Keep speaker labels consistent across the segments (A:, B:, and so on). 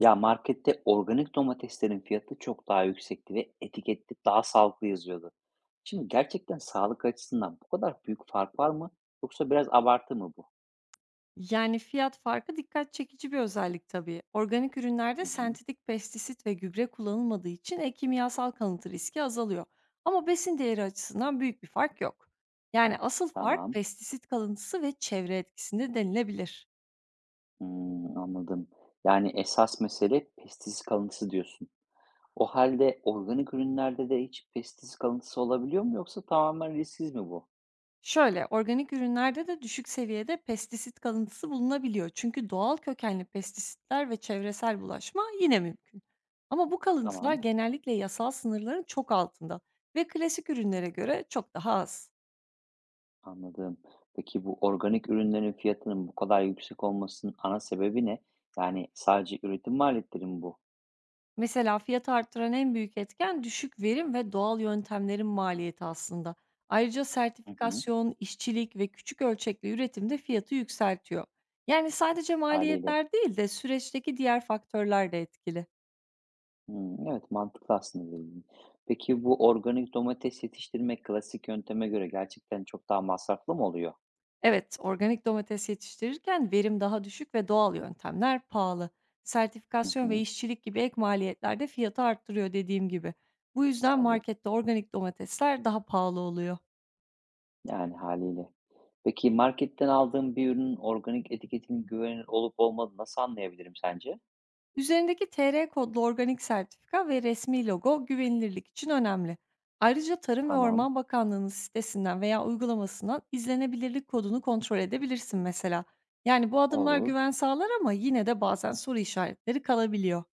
A: Ya markette organik domateslerin fiyatı çok daha yüksekti ve etikette daha sağlıklı yazıyordu. Şimdi gerçekten sağlık açısından bu kadar büyük fark var mı? Yoksa biraz abartı mı bu?
B: Yani fiyat farkı dikkat çekici bir özellik tabii. Organik ürünlerde
A: Hı hı,
B: sentetik pestisit ve gübre kullanılmadığı için kimyasal kalıntı riski azalıyor. Ama besin değeri açısından büyük bir fark yok. Yani asıl fark
A: tamam.
B: pestisit kalıntısı ve çevre etkisinde denilebilir.
A: Hmm, anladım. Yani esas mesele pestisit kalıntısı diyorsun. O halde organik ürünlerde de hiç pestisit kalıntısı olabiliyor mu yoksa tamamen risksiz mi bu?
B: Şöyle, organik ürünlerde de düşük seviyede pestisit kalıntısı bulunabiliyor. Çünkü doğal kökenli pestisitler ve çevresel bulaşma yine mümkün. Ama bu kalıntılar
A: Tamam,
B: genellikle yasal sınırların çok altında ve klasik ürünlere göre çok daha az.
A: anladım. Peki bu organik ürünlerin fiyatının bu kadar yüksek olmasının ana sebebi ne? Yani sadece üretim maliyetleri mi bu?
B: Mesela fiyatı arttıran en büyük etken düşük verim ve doğal yöntemlerin maliyeti aslında. Ayrıca
A: Hı hı.
B: sertifikasyon, işçilik ve küçük ölçekli üretim de fiyatı yükseltiyor. Yani sadece
A: Hâliyle.
B: maliyetler değil de süreçteki diğer faktörler de etkili.
A: Hımm, evet, mantıklı aslında dediğin. Peki bu organik domates yetiştirmek klasik yönteme göre gerçekten çok daha masraflı mı oluyor?
B: Evet, organik domates yetiştirirken verim daha düşük ve doğal yöntemler pahalı.
A: Hı
B: Sertifikasyon ve
A: hı.
B: işçilik gibi ek maliyetler de fiyatı arttırıyor dediğim gibi. Bu yüzden
A: Tabii,
B: markette organik domatesler daha pahalı oluyor.
A: yani hâliyle. Peki marketten aldığım bir ürünün organik etiketinin güvenilir olup olmadığını nasıl anlayabilirim sence?
B: Üzerindeki TR kodlu organik sertifika ve resmi logo güvenilirlik için önemli. Ayrıca Tarım ve
A: Tamam,
B: Orman Bakanlığı'nın sitesinden veya uygulamasından izlenebilirlik kodunu kontrol edebilirsin mesela. Yani bu adımlar
A: olur.
B: güven sağlar ama yine de bazen soru işaretleri kalabiliyor.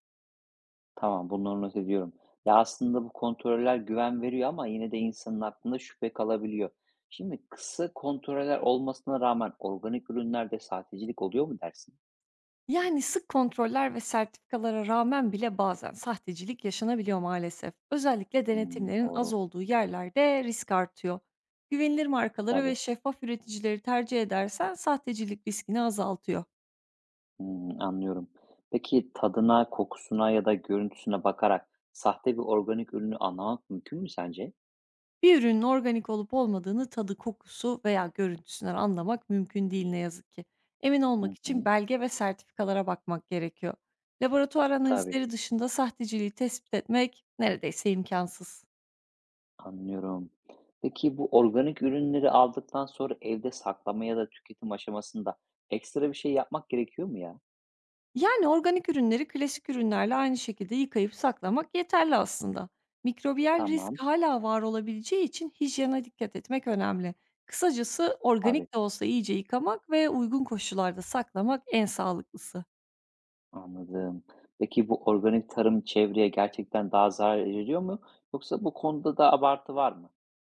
A: Tamam, bunları not ediyorum. Ya, aslında bu kontroller güven veriyor ama yine de insanın aklında şüphe kalabiliyor. Şimdi kısa kontroller olmasına rağmen organik ürünlerde sahtecilik oluyor mu dersin?
B: Yani sık kontroller ve sertifikalara rağmen bile bazen sahtecilik yaşanabiliyor maalesef. Özellikle
A: Hımm,
B: denetimlerin az
A: doğru.
B: olduğu yerlerde risk artıyor. Güvenilir markaları ve
A: Tabii.
B: şeffaf üreticileri tercih edersen sahtecilik riskini azaltıyor.
A: Hımm, anlıyorum. Peki tadına, kokusuna ya da görüntüsüne bakarak sahte bir organik ürünü anlamak mümkün mü sence?
B: Bir ürünün organik olup olmadığını tadı, kokusu veya görüntüsünden anlamak mümkün değil ne yazık ki. Emin
A: Hı
B: olmak için
A: hı.
B: belge ve sertifikalara bakmak gerekiyor. Laboratuvar
A: Tabii,
B: analizleri dışında sahteciliği tespit etmek neredeyse imkansız.
A: anlıyorum. Peki bu organik ürünleri aldıktan sonra evde saklama ya da tüketim aşamasında ekstra bir şey yapmak gerekiyor mu ya?
B: Yani organik ürünleri klasik ürünlerle aynı şekilde yıkayıp saklamak yeterli aslında. Mikrobiyal risk
A: Tamam.
B: hala var olabileceği için hijyene dikkat etmek önemli. Kısacası
A: Tabii,
B: organik de olsa iyice yıkamak ve uygun koşullarda saklamak en sağlıklısı.
A: anladım. Peki bu organik tarım çevreye gerçekten daha zarar veriyor mu yoksa bu konuda da abartı var mı?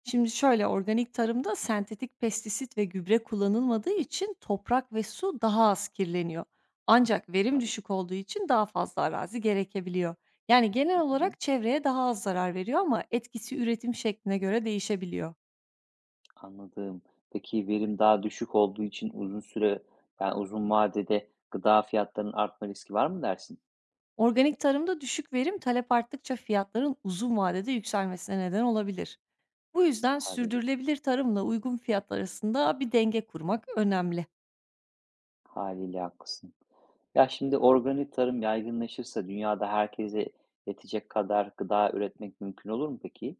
B: Şimdi şöyle, organik tarımda sentetik pestisit ve gübre kullanılmadığı için toprak ve su daha az kirleniyor. Ancak verim
A: Tabii.
B: düşük olduğu için daha fazla arazi gerekebiliyor. Yani
A: Hı
B: genel
A: hı.
B: olarak çevreye daha az zarar veriyor ama etkisi üretim şekline göre değişebiliyor.
A: Anladım. Peki verim daha düşük olduğu için uzun süre, yani uzun vadede gıda fiyatlarının artma riski var mı dersin?
B: Organik tarımda düşük verim talep arttıkça fiyatların uzun vadede yükselmesine neden olabilir. Bu yüzden
A: Tabii,
B: sürdürülebilir tarımla uygun fiyatlar arasında bir denge kurmak önemli.
A: haliyle haklısın. Ya şimdi organik tarım yaygınlaşırsa dünyada herkese yetecek kadar gıda üretmek mümkün olur mu peki?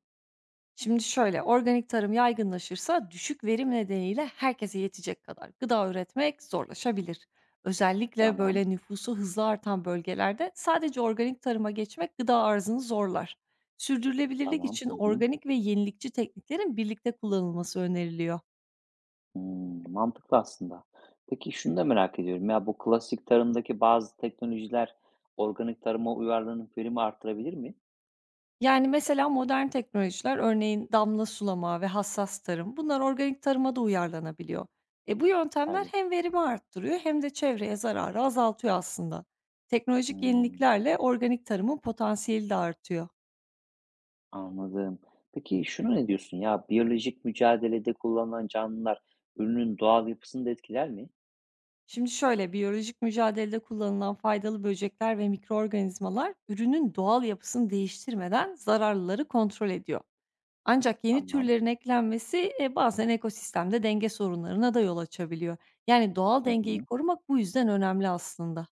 B: Şimdi şöyle, organik tarım yaygınlaşırsa düşük verim nedeniyle herkese yetecek kadar gıda üretmek zorlaşabilir. Özellikle
A: Tamam,
B: böyle nüfusu hızlı artan bölgelerde sadece organik tarıma geçmek gıda arzını zorlar. Sürdürülebilirlik
A: tamam.
B: için
A: Hı hı.
B: organik ve yenilikçi tekniklerin birlikte kullanılması öneriliyor.
A: Hmm, mantıklı aslında. Peki şunu da merak ediyorum. Ya bu klasik tarımdaki bazı teknolojiler organik tarıma uyarlanıp verimi artırabilir mi?
B: Yani, mesela modern teknolojiler, örneğin damla sulama ve hassas tarım, bunlar organik tarıma da uyarlanabiliyor. Bu yöntemler
A: Tabii.
B: hem verimi arttırıyor hem de çevreye zararı azaltıyor aslında. Teknolojik
A: Hmm.
B: yeniliklerle organik tarımın potansiyeli de artıyor.
A: Anladım. Peki şunu ne diyorsun ya, biyolojik mücadelede kullanılan canlılar ürünün doğal yapısını da etkiler mi?
B: Şimdi şöyle, biyolojik mücadelede kullanılan faydalı böcekler ve mikroorganizmalar ürünün doğal yapısını değiştirmeden zararlıları kontrol ediyor. Ancak yeni
A: Tamam.
B: türlerin eklenmesi, bazen ekosistemde denge sorunlarına da yol açabiliyor. Yani doğal
A: Hı
B: dengeyi
A: hı.
B: korumak bu yüzden önemli aslında.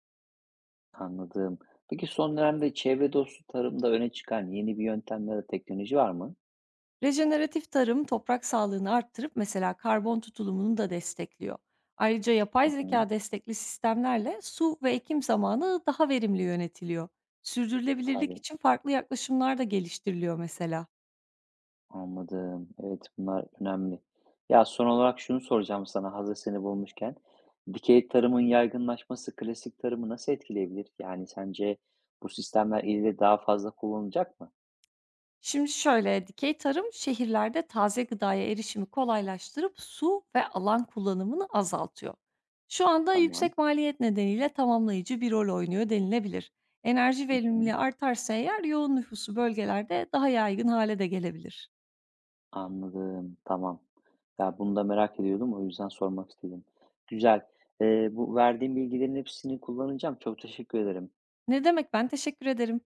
A: Anladım. Peki son dönemde çevre dostu tarımda öne çıkan yeni bir yöntem ya da teknoloji var mı?
B: Rejeneratif tarım toprak sağlığını arttırıp mesela karbon tutulumunu da destekliyor. Ayrıca yapay
A: Hı hı.
B: zeka destekli sistemlerle su ve ekim zamanı daha verimli yönetiliyor. Sürdürülebilirlik
A: Tabii.
B: için farklı yaklaşımlar da geliştiriliyor mesela.
A: Anladım. Evet bunlar önemli. Ya son olarak şunu soracağım sana hazır seni bulmuşken. Dikey tarımın yaygınlaşması klasik tarımı nasıl etkileyebilir? Yani sence bu sistemler ileride daha fazla kullanılacak mı?
B: Şimdi şöyle, dikey tarım şehirlerde taze gıdaya erişimi kolaylaştırıp su ve alan kullanımını azaltıyor. Şu anda
A: Tamam.
B: yüksek maliyet nedeniyle tamamlayıcı bir rol oynuyor denilebilir. Enerji
A: Hı hı.
B: verimliliği artarsa eğer yoğun nüfusu bölgelerde daha yaygın hale de gelebilir.
A: Anladım, tamam. Ya, bunu da merak ediyordum, o yüzden sormak istedim. Güzel. Bu verdiğin bilgilerin hepsini kullanacağım. Çok teşekkür ederim.
B: Ne demek, ben teşekkür ederim.